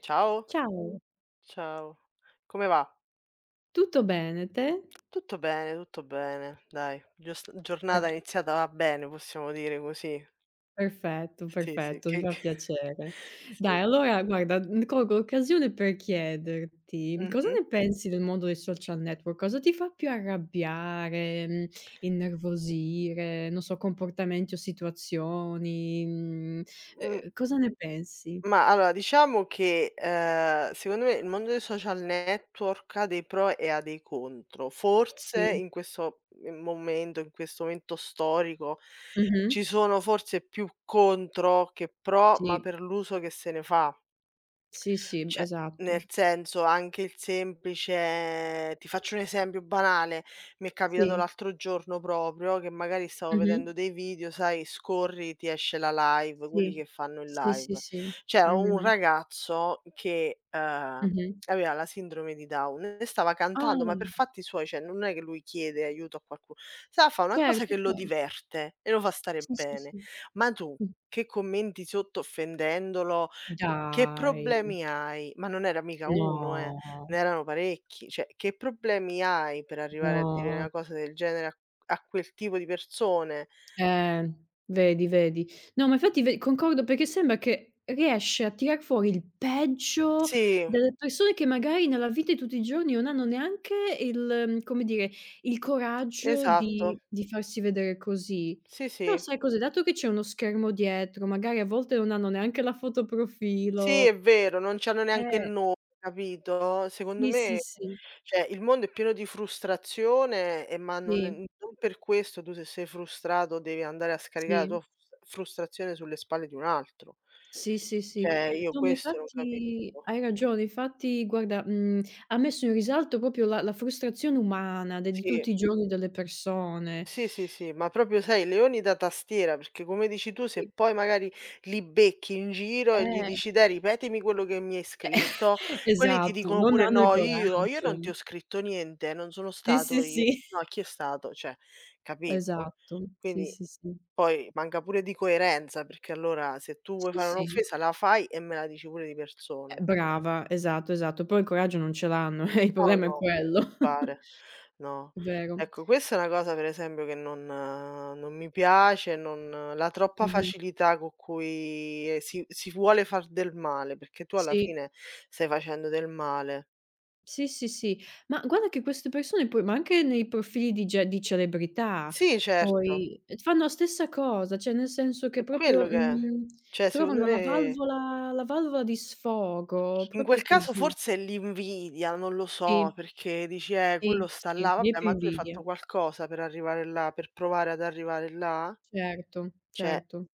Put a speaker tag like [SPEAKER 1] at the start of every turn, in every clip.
[SPEAKER 1] Ciao,
[SPEAKER 2] Ciao,
[SPEAKER 1] ciao. Come va?
[SPEAKER 2] tutto bene, te?
[SPEAKER 1] Tutto bene, dai. Gios
[SPEAKER 2] Per
[SPEAKER 1] giornata iniziata bene, possiamo dire così.
[SPEAKER 2] Perfetto,
[SPEAKER 1] Sì, sì,
[SPEAKER 2] perfetto, mi
[SPEAKER 1] che
[SPEAKER 2] fa
[SPEAKER 1] che
[SPEAKER 2] piacere.
[SPEAKER 1] sì.
[SPEAKER 2] Dai, allora guarda, colgo l'occasione per chiederti: cosa
[SPEAKER 1] Mh-mh.
[SPEAKER 2] ne pensi del mondo dei social network? Cosa ti fa più arrabbiare, innervosire, non so, comportamenti o situazioni,
[SPEAKER 1] Mhmm,
[SPEAKER 2] cosa ne pensi?
[SPEAKER 1] ma allora diciamo che, secondo me il mondo dei social network ha dei pro e ha dei contro. Forse
[SPEAKER 2] Sì.
[SPEAKER 1] in questo, momento, in questo momento storico,
[SPEAKER 2] Mh-mh.
[SPEAKER 1] ci sono forse più contro che pro, ma
[SPEAKER 2] Sì.
[SPEAKER 1] per l'uso che se ne fa.
[SPEAKER 2] Sì, sì,
[SPEAKER 1] Cioè,
[SPEAKER 2] esatto.
[SPEAKER 1] nel senso anche il semplice ti faccio un esempio banale, mi è capitato
[SPEAKER 2] Sì.
[SPEAKER 1] l'altro giorno proprio che magari stavo
[SPEAKER 2] Mh-mh.
[SPEAKER 1] vedendo dei video, sai, scorri, ti esce la live,
[SPEAKER 2] Sì.
[SPEAKER 1] quelli che fanno il
[SPEAKER 2] Sì, sì,
[SPEAKER 1] live.
[SPEAKER 2] sì.
[SPEAKER 1] C'era
[SPEAKER 2] Mh-mh,
[SPEAKER 1] un
[SPEAKER 2] mh.
[SPEAKER 1] ragazzo che,
[SPEAKER 2] Mh-mh.
[SPEAKER 1] aveva la sindrome di Down e stava
[SPEAKER 2] Ah,
[SPEAKER 1] cantando, ma per fatti suoi, cioè non è che lui chiede aiuto a qualcuno. Stava a fa' una cosa
[SPEAKER 2] certo,
[SPEAKER 1] che lo
[SPEAKER 2] cer
[SPEAKER 1] diverte e lo fa stare
[SPEAKER 2] Sì, sì,
[SPEAKER 1] bene.
[SPEAKER 2] sì.
[SPEAKER 1] Ma tu
[SPEAKER 2] Mh.
[SPEAKER 1] che commenti sotto offendendolo. Che
[SPEAKER 2] Dai,
[SPEAKER 1] problemi hai? Ma non era mica 1,
[SPEAKER 2] no,
[SPEAKER 1] ne erano parecchi. Cioè, che problemi hai per arrivare a dire
[SPEAKER 2] no.
[SPEAKER 1] una cosa del genere a quel tipo di persone?
[SPEAKER 2] Eh, vedi, vedi. No, ma infatti ve concordo perché sembra che riesce a tirar fuori il peggio
[SPEAKER 1] Sì,
[SPEAKER 2] delle persone che magari nella vita di tutti i giorni non hanno neanche il come dire, il coraggio
[SPEAKER 1] esatto.
[SPEAKER 2] di farsi vedere così.
[SPEAKER 1] Sì,
[SPEAKER 2] Però
[SPEAKER 1] sì.
[SPEAKER 2] sai cos'è, dato che c'è uno schermo dietro, magari a volte non hanno neanche la foto
[SPEAKER 1] Sì, è
[SPEAKER 2] profilo
[SPEAKER 1] vero, non c'hanno neanche il
[SPEAKER 2] eh,
[SPEAKER 1] nome, capito? Secondo
[SPEAKER 2] sì, sì,
[SPEAKER 1] me,
[SPEAKER 2] sì,
[SPEAKER 1] cioè, il mondo è pieno di frustrazione, e ma non
[SPEAKER 2] sì.
[SPEAKER 1] non per questo tu se sei frustrato devi andare a scaricare la tua
[SPEAKER 2] Sì,
[SPEAKER 1] frustrazione sulle spalle di un altro.
[SPEAKER 2] sì, sì, sì.
[SPEAKER 1] Cioè, io
[SPEAKER 2] No, ma
[SPEAKER 1] questo non
[SPEAKER 2] infatti
[SPEAKER 1] capisco.
[SPEAKER 2] hai ragione. Infatti guarda, ha messo in risalto proprio la frustrazione umana de di
[SPEAKER 1] Sì.
[SPEAKER 2] tutti i giorni delle persone.
[SPEAKER 1] Sì, sì, sì, ma proprio sai, leoni da tastiera, perché come dici tu, se
[SPEAKER 2] Sì,
[SPEAKER 1] poi magari li becchi in giro e gli
[SPEAKER 2] eh,
[SPEAKER 1] dici: "Dai, ripetimi quello che mi hai scritto", quelli ti
[SPEAKER 2] esatto,
[SPEAKER 1] dicono
[SPEAKER 2] non
[SPEAKER 1] pure:
[SPEAKER 2] hanno il
[SPEAKER 1] "No, io non ti
[SPEAKER 2] coraggio.
[SPEAKER 1] ho scritto niente, non sono
[SPEAKER 2] Sì,
[SPEAKER 1] stato
[SPEAKER 2] sì,
[SPEAKER 1] io".
[SPEAKER 2] sì,
[SPEAKER 1] No, chi è stato? Cioè, capito?
[SPEAKER 2] esatto. Sì,
[SPEAKER 1] Quindi
[SPEAKER 2] sì, sì.
[SPEAKER 1] poi manca pure di coerenza, perché allora se tu vuoi
[SPEAKER 2] Sì,
[SPEAKER 1] fare
[SPEAKER 2] sì,
[SPEAKER 1] un'offesa la fai e me la dici pure di persona.
[SPEAKER 2] brava, esatto, esatto. Poi il coraggio non ce l'hanno, il
[SPEAKER 1] No,
[SPEAKER 2] problema è
[SPEAKER 1] no,
[SPEAKER 2] quello.
[SPEAKER 1] pare. No.
[SPEAKER 2] Vero.
[SPEAKER 1] Ecco, questa è una cosa per esempio che non mi piace, non la troppa
[SPEAKER 2] Mh-mh.
[SPEAKER 1] facilità con cui, si vuole far del male, perché tu alla
[SPEAKER 2] Sì.
[SPEAKER 1] fine stai facendo del male.
[SPEAKER 2] Sì, sì, sì. Ma guarda che queste persone poi ma anche nei profili di ge di celebrità,
[SPEAKER 1] Sì, certo,
[SPEAKER 2] poi fanno la stessa cosa, cioè nel senso
[SPEAKER 1] è
[SPEAKER 2] che proprio,
[SPEAKER 1] quello che è. Cioè, secondo
[SPEAKER 2] trovano la
[SPEAKER 1] me
[SPEAKER 2] valvola la valvola di sfogo,
[SPEAKER 1] in
[SPEAKER 2] proprio
[SPEAKER 1] quel caso
[SPEAKER 2] così.
[SPEAKER 1] forse è l'invidia, non lo so,
[SPEAKER 2] Sì,
[SPEAKER 1] perché dici:
[SPEAKER 2] sì,
[SPEAKER 1] quello sta
[SPEAKER 2] sì,
[SPEAKER 1] là".
[SPEAKER 2] mi è
[SPEAKER 1] Vabbè,
[SPEAKER 2] più
[SPEAKER 1] ma tu hai fatto
[SPEAKER 2] invidia.
[SPEAKER 1] qualcosa per arrivare là, per provare ad arrivare là?
[SPEAKER 2] Certo,
[SPEAKER 1] Cioè,
[SPEAKER 2] certo.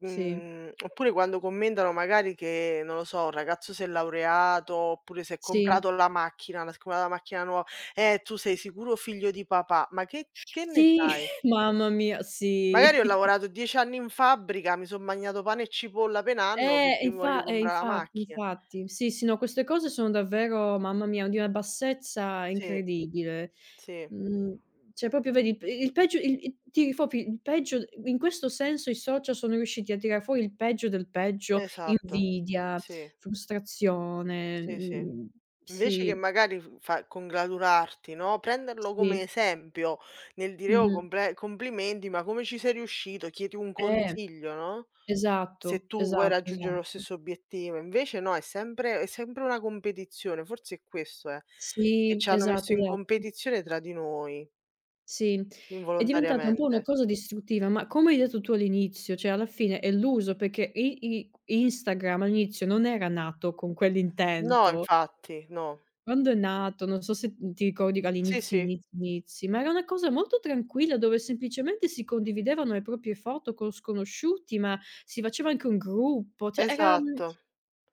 [SPEAKER 2] Sì,
[SPEAKER 1] Oppure quando commentano magari che, non lo so, un ragazzo si è laureato, oppure si è
[SPEAKER 2] sì.
[SPEAKER 1] comprato la macchina, la si è comprata la macchina nuova: tu sei sicuro figlio di papà." Ma che ne
[SPEAKER 2] Sì,
[SPEAKER 1] sai?
[SPEAKER 2] mamma mia,
[SPEAKER 1] Magari
[SPEAKER 2] sì.
[SPEAKER 1] ho lavorato 10 anni in fabbrica, mi son magnato pane e cipolla pe' 1 anno
[SPEAKER 2] Eh,
[SPEAKER 1] perché mi voglio
[SPEAKER 2] infa eh,
[SPEAKER 1] comprà la
[SPEAKER 2] infatti,
[SPEAKER 1] macchina.
[SPEAKER 2] infatti. Sì, sì, no, queste cose sono davvero, mamma mia, di una bassezza
[SPEAKER 1] Sì,
[SPEAKER 2] incredibile.
[SPEAKER 1] sì,
[SPEAKER 2] Mhmm, cioè proprio vedi il peggio il tiri fuori il peggio in questo senso i social sono riusciti a tirar fuori il peggio del peggio,
[SPEAKER 1] esatto.
[SPEAKER 2] invidia,
[SPEAKER 1] Sì,
[SPEAKER 2] frustrazione,
[SPEAKER 1] sì, sì. Invece che
[SPEAKER 2] sì,
[SPEAKER 1] magari f fa congratularti, no, prenderlo come
[SPEAKER 2] sì,
[SPEAKER 1] esempio nel dire: "Oh
[SPEAKER 2] mh-mh.
[SPEAKER 1] comple complimenti, ma come ci sei riuscito?" Chiedi un
[SPEAKER 2] Eh,
[SPEAKER 1] consiglio, no, se
[SPEAKER 2] esatto,
[SPEAKER 1] tu vuoi
[SPEAKER 2] esatto,
[SPEAKER 1] raggiungere lo
[SPEAKER 2] esatto.
[SPEAKER 1] stesso obiettivo. Invece no, è sempre una competizione, forse è questo, che
[SPEAKER 2] Sì,
[SPEAKER 1] ci hanno messo
[SPEAKER 2] esatto,
[SPEAKER 1] in
[SPEAKER 2] esatto.
[SPEAKER 1] competizione tra di noi
[SPEAKER 2] Sì, è diventata un po'
[SPEAKER 1] involontariamente.
[SPEAKER 2] una cosa distruttiva, ma come hai detto tu all'inizio, cioè alla fine è l'uso, perché i i Instagram all'inizio non era nato con
[SPEAKER 1] No,
[SPEAKER 2] quell'intento.
[SPEAKER 1] infatti, no.
[SPEAKER 2] Quando è nato, non so se ti ricordi
[SPEAKER 1] Sì,
[SPEAKER 2] all'inizio
[SPEAKER 1] sì,
[SPEAKER 2] inizi inizi, ma era una cosa molto tranquilla dove semplicemente si condividevano le proprie foto con sconosciuti, ma si faceva anche un gruppo, cioè era
[SPEAKER 1] esatto.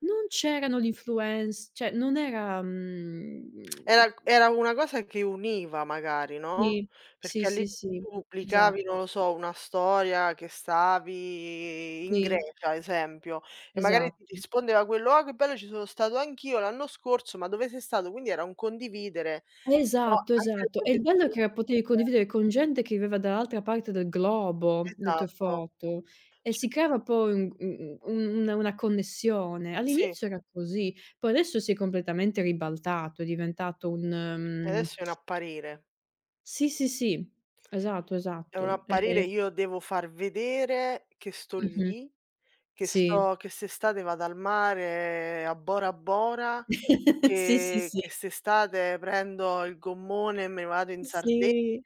[SPEAKER 2] non c'erano gli influenz cioè non era
[SPEAKER 1] Era una cosa che univa magari, no,
[SPEAKER 2] sì, sì,
[SPEAKER 1] perché lì
[SPEAKER 2] sì, sì,
[SPEAKER 1] tu
[SPEAKER 2] esatto,
[SPEAKER 1] pubblicavi, non lo so, una storia che stavi in
[SPEAKER 2] sì.
[SPEAKER 1] Grecia, ad esempio, e magari ti
[SPEAKER 2] Esatto.
[SPEAKER 1] rispondeva quello: "Ah, che bello ci sono stato anch'io l'anno scorso, ma dove sei stato?" Quindi era un condividere, no,
[SPEAKER 2] Esatto,
[SPEAKER 1] anche le
[SPEAKER 2] esatto. E
[SPEAKER 1] proprie
[SPEAKER 2] il bello è
[SPEAKER 1] esperienze.
[SPEAKER 2] che potevi condividere con gente che viveva dall'altra parte del globo le tue
[SPEAKER 1] Esatto,
[SPEAKER 2] foto e si
[SPEAKER 1] cioè
[SPEAKER 2] creava poi un u u un una connessione.
[SPEAKER 1] sì,
[SPEAKER 2] All'inizio era così, poi adesso si è completamente ribaltato, è diventato un, mhmm,
[SPEAKER 1] adesso è un apparire.
[SPEAKER 2] sì, sì, sì, esatto,
[SPEAKER 1] È un
[SPEAKER 2] esatto.
[SPEAKER 1] apparire,
[SPEAKER 2] E
[SPEAKER 1] io devo far vedere che sto
[SPEAKER 2] mh-mh,
[SPEAKER 1] lì, che
[SPEAKER 2] sì.
[SPEAKER 1] sto che quest'estate vado al mare, a Bora Bora.
[SPEAKER 2] Sì, sì,
[SPEAKER 1] Che
[SPEAKER 2] sì.
[SPEAKER 1] che st'estate prendo il gommone e me ne vado in Sardegna,
[SPEAKER 2] Sì,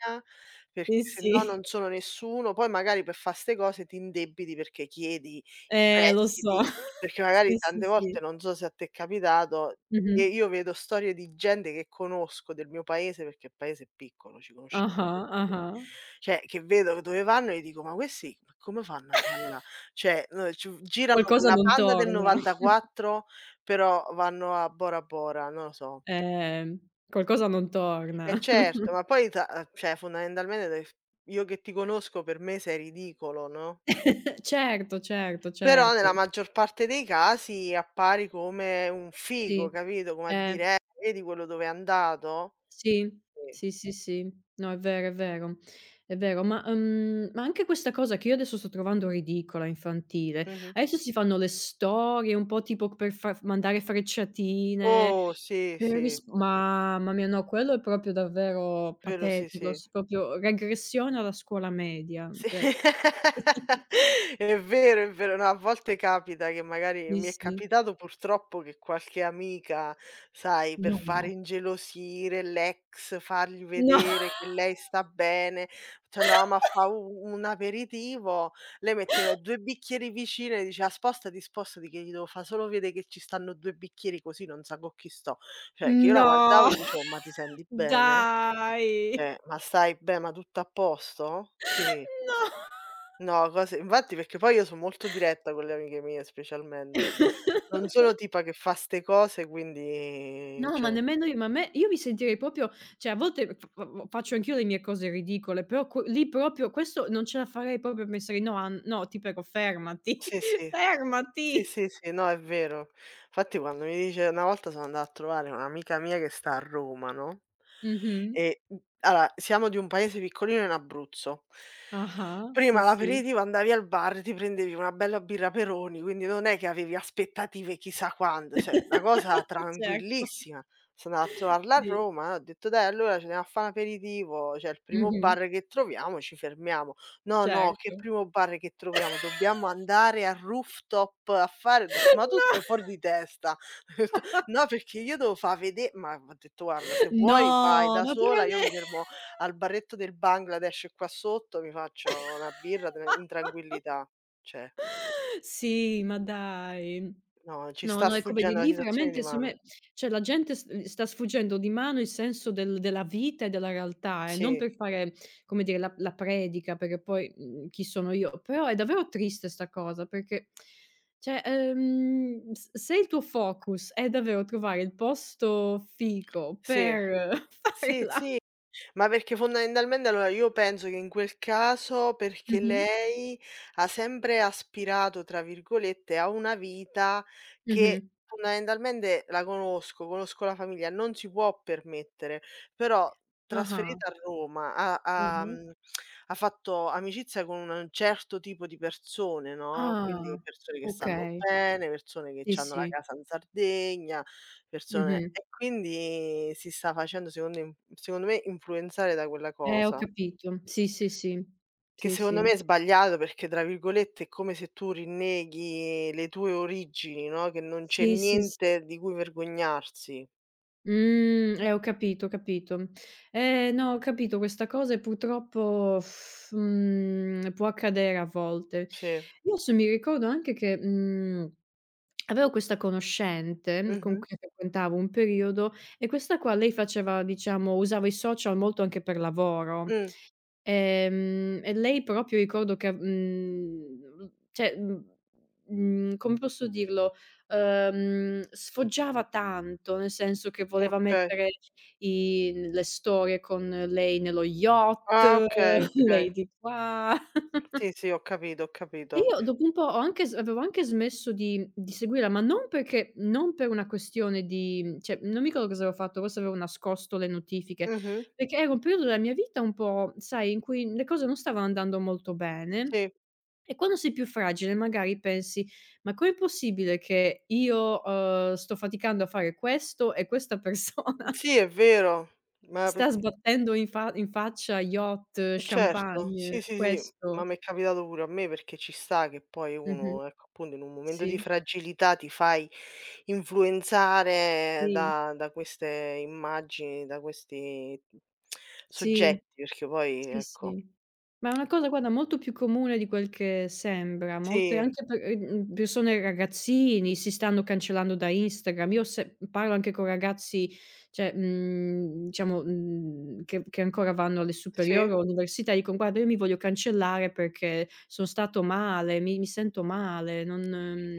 [SPEAKER 2] sì,
[SPEAKER 1] perché se no
[SPEAKER 2] sì.
[SPEAKER 1] non sono nessuno. Poi magari per fa' 'ste cose ti indebiti perché chiedi i
[SPEAKER 2] Lo so.
[SPEAKER 1] prestiti, perché magari
[SPEAKER 2] Sì, sì,
[SPEAKER 1] tante
[SPEAKER 2] sì.
[SPEAKER 1] volte, non so se a te è capitato,
[SPEAKER 2] Mh-mh.
[SPEAKER 1] e io vedo storie di gente che conosco del mio paese, perché il paese è piccolo, ci conosciamo
[SPEAKER 2] Ah-ah,
[SPEAKER 1] tutti,
[SPEAKER 2] ah-ah.
[SPEAKER 1] cioè che vedo dove vanno e dico: "Ma questi ma come fanno ad andà là?" Cioè, ci girano con
[SPEAKER 2] Qualcosa
[SPEAKER 1] la
[SPEAKER 2] non
[SPEAKER 1] Panda del
[SPEAKER 2] torna,
[SPEAKER 1] '94, però vanno a Bora Bora, non lo so.
[SPEAKER 2] ehm, qualcosa non torna.
[SPEAKER 1] Eh certo, ma poi ta cioè fondamentalmente def io che ti conosco per me sei ridicolo, no,
[SPEAKER 2] Certo, certo,
[SPEAKER 1] però
[SPEAKER 2] certo.
[SPEAKER 1] nella maggior parte dei casi appari come un figo,
[SPEAKER 2] Sì.
[SPEAKER 1] capito, come a
[SPEAKER 2] Eh,
[SPEAKER 1] dire: vedi quello dove è andato?"
[SPEAKER 2] sì,
[SPEAKER 1] Sì.
[SPEAKER 2] sì, sì, sì. No, è vero, è vero, è vero. Ma anche questa cosa che io adesso sto trovando ridicola, infantile,
[SPEAKER 1] Mh-mh.
[SPEAKER 2] adesso si fanno le storie un po' tipo per far mandare frecciatine,
[SPEAKER 1] Oh, sì,
[SPEAKER 2] per
[SPEAKER 1] sì,
[SPEAKER 2] ris mamma mia, no, quello è proprio davvero
[SPEAKER 1] quello sì,
[SPEAKER 2] patetico,
[SPEAKER 1] sì.
[SPEAKER 2] s proprio regressione alla scuola media,
[SPEAKER 1] Sì,
[SPEAKER 2] cioè.
[SPEAKER 1] è vero, è vero. No, a volte capita che magari
[SPEAKER 2] Sì,
[SPEAKER 1] mi è
[SPEAKER 2] sì.
[SPEAKER 1] capitato purtroppo che qualche amica, sai, per fare
[SPEAKER 2] No.
[SPEAKER 1] ingelosire l'ex, fargli
[SPEAKER 2] No.
[SPEAKER 1] vedere che lei sta bene, ci andavamo a fa' u un aperitivo, lei metteva i 2 bicchieri vicini e diceva: "Spostati, spostati che gli devo fa' solo vede che ci stanno 2 bicchieri così non sa co' chi sto". Cioè, che io la guardavo
[SPEAKER 2] No.
[SPEAKER 1] e dicevo: "Ma ti senti bene?
[SPEAKER 2] Dai.
[SPEAKER 1] Cioè, ma stai be ma tutto a posto?" Sì.
[SPEAKER 2] No.
[SPEAKER 1] No, cose infatti perché poi io so' molto diretta con le amiche mie specialmente. Non sono tipa che fa 'ste cose, quindi
[SPEAKER 2] No, ma
[SPEAKER 1] cioè
[SPEAKER 2] nemmeno io, ma a me io mi sentirei proprio cioè a volte f f faccio anch'io le mie cose ridicole, però que lì proprio questo non ce la farei proprio a pensare: "No, an no, ti prego fermati,
[SPEAKER 1] sì, sì. Sì,
[SPEAKER 2] fermati."
[SPEAKER 1] sì, sì, no, è vero. Infatti quando mi dice una volta sono andata a trovare un'amica mia che sta a Roma, no,
[SPEAKER 2] Mh-mh.
[SPEAKER 1] e, allora siamo di un paese piccolino in Abruzzo.
[SPEAKER 2] Ah-ah,
[SPEAKER 1] Prima
[SPEAKER 2] sì, sì.
[SPEAKER 1] l'aperitivo andavi al bar, ti prendevi una bella birra Peroni, quindi non è che avevi aspettative chissà quando, cioè una cosa
[SPEAKER 2] Certo,
[SPEAKER 1] tranquillissima. Sono andata a trovarla a
[SPEAKER 2] sì.
[SPEAKER 1] Roma e ho detto: "Dai allora ci andiamo a fa' un aperitivo, c'è il primo
[SPEAKER 2] Mh-mh,
[SPEAKER 1] bar che troviamo, ci fermiamo". No, no, che
[SPEAKER 2] certo.
[SPEAKER 1] primo bar che troviamo: "Dobbiamo andare al rooftop a fare" ho detto: "Ma tu
[SPEAKER 2] No.
[SPEAKER 1] stai fuori di testa." Ho detto: "No, perché io devo fa vede" ma ho detto: "Guarda, se vuoi vai
[SPEAKER 2] No,
[SPEAKER 1] da
[SPEAKER 2] ma
[SPEAKER 1] sola, io mi
[SPEAKER 2] verame
[SPEAKER 1] fermo al baretto del Bangladesh qua sotto, mi faccio una birra tranquillità." Cioè,
[SPEAKER 2] Sì, ma dai.
[SPEAKER 1] no, ci
[SPEAKER 2] No,
[SPEAKER 1] sta
[SPEAKER 2] no, è come di
[SPEAKER 1] sfuggendo la
[SPEAKER 2] lì
[SPEAKER 1] situazione di
[SPEAKER 2] veramente secondo
[SPEAKER 1] mano.
[SPEAKER 2] me cioè la gente s sta sfuggendo di mano il senso della vita e della realtà, non
[SPEAKER 1] Sì,
[SPEAKER 2] per fare, come dire, la predica, perché poi, chi sono io, però è davvero triste 'sta cosa perché cioè, s se il tuo focus è davvero trovare il posto fico
[SPEAKER 1] sì,
[SPEAKER 2] per fare
[SPEAKER 1] sì,
[SPEAKER 2] la
[SPEAKER 1] sì. Ma perché fondamentalmente allora io penso che in quel caso perché
[SPEAKER 2] mh-mh,
[SPEAKER 1] lei ha sempre "aspirato" tra virgolette a una vita che
[SPEAKER 2] mh-mh.
[SPEAKER 1] fondamentalmente la conosco, conosco la famiglia, non si può permettere, però
[SPEAKER 2] Ah-ah,
[SPEAKER 1] trasferita a Roma ha ha
[SPEAKER 2] mh-mh.
[SPEAKER 1] mhmm, ha fatto amicizia con un certo tipo di persone, no, quindi
[SPEAKER 2] Ah,
[SPEAKER 1] persone che stanno
[SPEAKER 2] okay.
[SPEAKER 1] bene, persone che
[SPEAKER 2] Sì,
[SPEAKER 1] c'hanno la
[SPEAKER 2] sì.
[SPEAKER 1] casa in Sardegna. Persone,
[SPEAKER 2] Mh-mh.
[SPEAKER 1] e quindi si sta facendo secondo me influenzare da quella
[SPEAKER 2] Ho
[SPEAKER 1] cosa,
[SPEAKER 2] capito. Sì, sì, sì.
[SPEAKER 1] che
[SPEAKER 2] Sì,
[SPEAKER 1] secondo
[SPEAKER 2] sì.
[SPEAKER 1] me è sbagliato perché, tra virgolette, è come se tu rinneghi le tue origini, no, che non c'è
[SPEAKER 2] Sì, sì,
[SPEAKER 1] niente di cui vergognarsi.
[SPEAKER 2] ho capito, ho capito. No, ho capito questa cosa e purtroppo, può accadere a volte.
[SPEAKER 1] Sì.
[SPEAKER 2] Io adesso mi ricordo anche che, avevo questa conoscente con
[SPEAKER 1] Mh-mh.
[SPEAKER 2] cui frequentavo un periodo e questa qua lei faceva diciamo usava i social molto anche per lavoro.
[SPEAKER 1] Mh.
[SPEAKER 2] E lei proprio ricordo che, cioè, come posso dirlo, sfoggiava tanto, nel senso che voleva
[SPEAKER 1] Okay.
[SPEAKER 2] mettere i le storie con lei nello yacht,
[SPEAKER 1] Ah, okay, okay.
[SPEAKER 2] lei di qua.
[SPEAKER 1] Sì, sì, ho capito, ho
[SPEAKER 2] E
[SPEAKER 1] capito.
[SPEAKER 2] io dopo un po' ho anche s avevo anche smesso di seguirla, ma non perché non per una questione di cioè, non mi ricordo cosa avevo fatto, forse avevo nascosto le notifiche,
[SPEAKER 1] Mh-mh.
[SPEAKER 2] perché era un periodo della mia vita un po', sai, in cui le cose non stavano andando molto bene
[SPEAKER 1] Sì.
[SPEAKER 2] e quando sei più fragile magari pensi: "Ma com'è possibile che io, sto faticando a fare questo e questa persona
[SPEAKER 1] Sì, è vero, ma
[SPEAKER 2] sta
[SPEAKER 1] perché
[SPEAKER 2] sbattendo in faccia yacht,
[SPEAKER 1] certo, sì,
[SPEAKER 2] champagne,
[SPEAKER 1] sì, sì, ma
[SPEAKER 2] questo"
[SPEAKER 1] m'è capitato pure a me perché ci sta che poi
[SPEAKER 2] mh-mh.
[SPEAKER 1] uno, ecco, appunto in un momento
[SPEAKER 2] Sì,
[SPEAKER 1] di fragilità ti fai influenzare
[SPEAKER 2] sì,
[SPEAKER 1] da queste immagini, da questi
[SPEAKER 2] sì.
[SPEAKER 1] soggetti, perché poi
[SPEAKER 2] Sì,
[SPEAKER 1] ecco
[SPEAKER 2] sì. Ma è una cosa guarda molto più comune di quel che sembra. Molte
[SPEAKER 1] sì,
[SPEAKER 2] anche persone ragazzini si stanno cancellando da Instagram. Io se parlo anche con ragazzi, cioè, diciamo, che ancora vanno alle
[SPEAKER 1] sì.
[SPEAKER 2] superiori o all'università, dicono: "Guarda, io mi voglio cancellare perché sono stato male, mi sento male, non"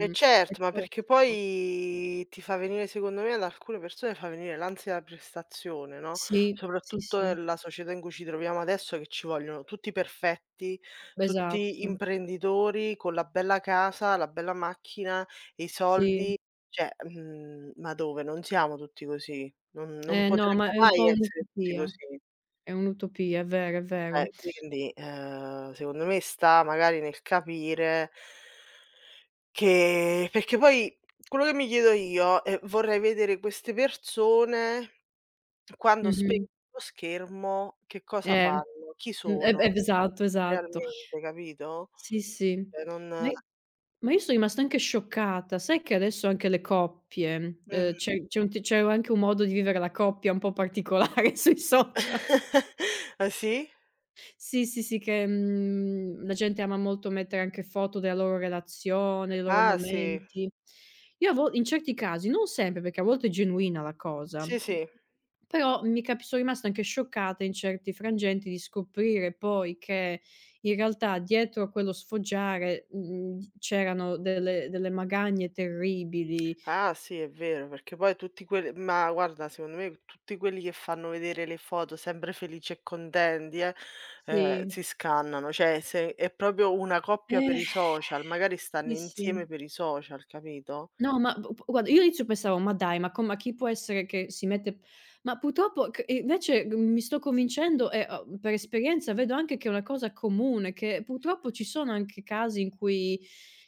[SPEAKER 1] E
[SPEAKER 2] è
[SPEAKER 1] certo, ma perché
[SPEAKER 2] tossico.
[SPEAKER 1] poi ti fa venire secondo me ad alcune persone fa venire l'ansia da prestazione, no,
[SPEAKER 2] Sì, sì,
[SPEAKER 1] soprattutto
[SPEAKER 2] sì,
[SPEAKER 1] nella società in cui ci troviamo adesso che ci vogliono tutti perfetti, tutti
[SPEAKER 2] esatto.
[SPEAKER 1] imprenditori con la bella casa, la bella macchina, i
[SPEAKER 2] Sì.
[SPEAKER 1] soldi, cioè, ma dove? Non siamo tutti così, non
[SPEAKER 2] Eh no, ma
[SPEAKER 1] potremmo
[SPEAKER 2] è un
[SPEAKER 1] mai
[SPEAKER 2] po'
[SPEAKER 1] essere tutti
[SPEAKER 2] un'utopia.
[SPEAKER 1] così.
[SPEAKER 2] È un'utopia, è vero, è vero.
[SPEAKER 1] Quindi, secondo me sta magari nel capire che perché poi quello che mi chiedo io è: vorrei vedere queste persone quando spengono
[SPEAKER 2] Mh-mh.
[SPEAKER 1] lo schermo che cosa
[SPEAKER 2] Eh, mh,
[SPEAKER 1] fanno, chi
[SPEAKER 2] e e
[SPEAKER 1] sono
[SPEAKER 2] esatto, esatto.
[SPEAKER 1] realmente, capito?
[SPEAKER 2] Sì, sì.
[SPEAKER 1] Cioè
[SPEAKER 2] Ma
[SPEAKER 1] non
[SPEAKER 2] i ma io son rimasta anche scioccata. Sai che adesso anche le coppie,
[SPEAKER 1] mh.
[SPEAKER 2] c'è anche un modo di vivere la coppia un po' particolare sui social.
[SPEAKER 1] Ah sì?
[SPEAKER 2] Sì, sì, sì, che, la gente ama molto mettere anche foto della loro relazione, dei loro
[SPEAKER 1] Ah sì.
[SPEAKER 2] momenti. Io a vo in certi casi, non sempre, perché a volte è genuina la cosa,
[SPEAKER 1] Sì, sì.
[SPEAKER 2] però mi capi sono rimasta anche scioccata in certi frangenti di scoprire poi che in realtà dietro a quello sfoggiare, c'erano delle magagne terribili.
[SPEAKER 1] Ah sì, è vero, perché poi tutti quelli ma guarda secondo me tutti quelli che fanno vedere le foto sempre felici e contenti
[SPEAKER 2] Sì.
[SPEAKER 1] si scannano, cioè se è proprio una coppia per
[SPEAKER 2] Eh.
[SPEAKER 1] i social, magari stanno
[SPEAKER 2] Sì, sì.
[SPEAKER 1] insieme per i social, capito?
[SPEAKER 2] No, ma b p guarda, io all'inizio pensavo: "Ma dai, ma chi può essere che si mette" ma purtroppo c invece mi sto convincendo e, per esperienza vedo anche che è una cosa comune, che purtroppo ci sono anche casi in cui,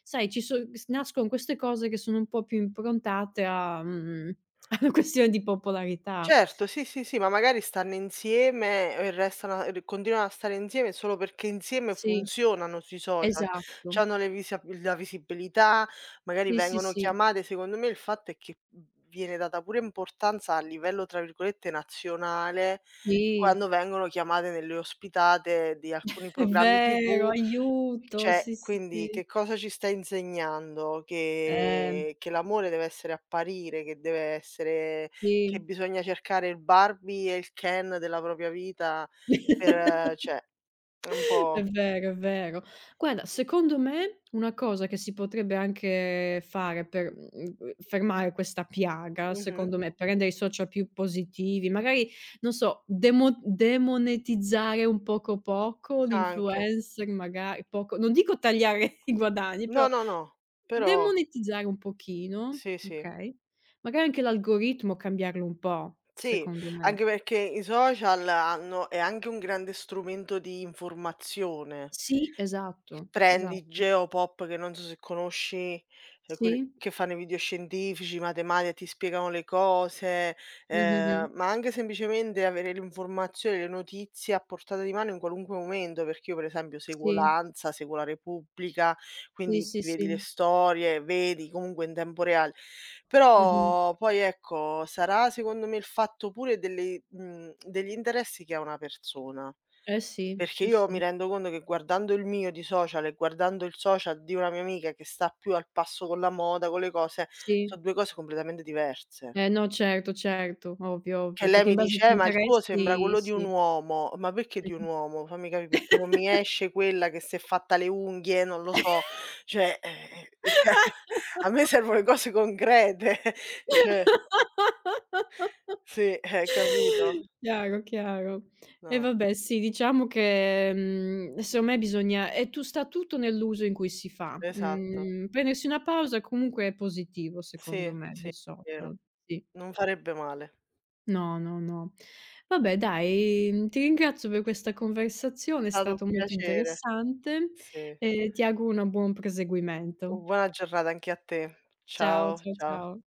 [SPEAKER 2] sai, ci so s nascono queste cose che sono un po' più improntate a una questione di popolarità.
[SPEAKER 1] Certo, sì, sì, sì, ma magari stanno insieme e restano e continuano a stare insieme solo perché insieme
[SPEAKER 2] Sì,
[SPEAKER 1] funzionano sui social,
[SPEAKER 2] esatto.
[SPEAKER 1] c'hanno le visia la visibilità, magari
[SPEAKER 2] Sì, sì,
[SPEAKER 1] vengono
[SPEAKER 2] sì.
[SPEAKER 1] chiamate. Secondo me il fatto è che, viene data pure importanza a livello, tra virgolette, "nazionale"
[SPEAKER 2] Sì,
[SPEAKER 1] quando vengono chiamate nelle ospitate di alcuni
[SPEAKER 2] è
[SPEAKER 1] programmi
[SPEAKER 2] vero,
[SPEAKER 1] TV,
[SPEAKER 2] aiuto.
[SPEAKER 1] cioè,
[SPEAKER 2] Sì, sì,
[SPEAKER 1] quindi
[SPEAKER 2] sì.
[SPEAKER 1] che cosa ci stai insegnando?
[SPEAKER 2] Eh,
[SPEAKER 1] Che l'amore deve essere apparire, che deve essere che
[SPEAKER 2] sì.
[SPEAKER 1] bisogna cercare il Barbie e il Ken della propria vita per, cioè, è un
[SPEAKER 2] È
[SPEAKER 1] po'
[SPEAKER 2] vero, è vero. Guarda, secondo me una cosa che si potrebbe anche fare per, fermare questa piaga,
[SPEAKER 1] mh-mh,
[SPEAKER 2] secondo me, per rendere i social più positivi, magari, non so, demonetizzare un poco poco
[SPEAKER 1] anche.
[SPEAKER 2] l'influencer, magari poco non dico tagliare i guadagni,
[SPEAKER 1] No,
[SPEAKER 2] però
[SPEAKER 1] no, no, però
[SPEAKER 2] demonetizzare un pochino,
[SPEAKER 1] sì, sì.
[SPEAKER 2] okay, magari anche l'algoritmo cambiarlo un po',
[SPEAKER 1] Sì,
[SPEAKER 2] secondo me.
[SPEAKER 1] anche perché i social hanno è anche un grande strumento di informazione.
[SPEAKER 2] Sì, esatto,
[SPEAKER 1] Prendi
[SPEAKER 2] esatto.
[SPEAKER 1] Geopop, che non so se conosci, quelli
[SPEAKER 2] Sì.
[SPEAKER 1] che fanno i video scientifici, matematica, ti spiegano le cose,
[SPEAKER 2] Mh-mh-mh.
[SPEAKER 1] ma anche semplicemente avere l'informazione, le notizie a portata di mano in qualunque momento, perché io per esempio seguo
[SPEAKER 2] Sì.
[SPEAKER 1] l'ANSA, seguo la Repubblica,
[SPEAKER 2] Sì,
[SPEAKER 1] quindi
[SPEAKER 2] sì,
[SPEAKER 1] ti vedi le
[SPEAKER 2] sì.
[SPEAKER 1] storie, vedi comunque in tempo reale.
[SPEAKER 2] Mh-mh.
[SPEAKER 1] Però poi ecco, sarà secondo me il fatto pure degli interessi che ha una persona.
[SPEAKER 2] Eh sì,
[SPEAKER 1] Perché
[SPEAKER 2] sì,
[SPEAKER 1] io mi
[SPEAKER 2] sì.
[SPEAKER 1] rendo conto che guardando il mio di social e guardando il social di una mia amica che sta più al passo con la moda, con le cose, so'
[SPEAKER 2] Sì.
[SPEAKER 1] 2 cose completamente diverse.
[SPEAKER 2] Eh no, certo, certo, ovvio,
[SPEAKER 1] Che
[SPEAKER 2] ovvio,
[SPEAKER 1] lei
[SPEAKER 2] perché
[SPEAKER 1] mi
[SPEAKER 2] in base ai
[SPEAKER 1] dice:
[SPEAKER 2] tuoi
[SPEAKER 1] ma il tuo sembra
[SPEAKER 2] interessi
[SPEAKER 1] quello di un
[SPEAKER 2] sì.
[SPEAKER 1] uomo". Ma perché di un
[SPEAKER 2] Mh-mh.
[SPEAKER 1] uomo? Fammi capi perché non mi esce quella che s'è fatta le unghie, non lo so. Cioè, a me servono le cose concrete. Cioè sì, capito?
[SPEAKER 2] Chiaro, chiaro. E
[SPEAKER 1] No,
[SPEAKER 2] vabbè sì, diciamo che, secondo me bisogna e tu sta tutto nell'uso in cui si fa.
[SPEAKER 1] esatto.
[SPEAKER 2] Mhmm, prendersi una pausa comunque è positivo
[SPEAKER 1] Sì,
[SPEAKER 2] secondo me
[SPEAKER 1] sì,
[SPEAKER 2] dai
[SPEAKER 1] vero.
[SPEAKER 2] social, sì.
[SPEAKER 1] Non farebbe male.
[SPEAKER 2] No, no, no. Vabbè dai, ti ringrazio per questa
[SPEAKER 1] È
[SPEAKER 2] conversazione, è
[SPEAKER 1] stato un
[SPEAKER 2] stato molto
[SPEAKER 1] piacere.
[SPEAKER 2] interessante
[SPEAKER 1] Sì.
[SPEAKER 2] e ti auguro una buon proseguimento.
[SPEAKER 1] Buona giornata anche a te.
[SPEAKER 2] Ciao,
[SPEAKER 1] Ciao,
[SPEAKER 2] ciao,
[SPEAKER 1] ciao.
[SPEAKER 2] ciao.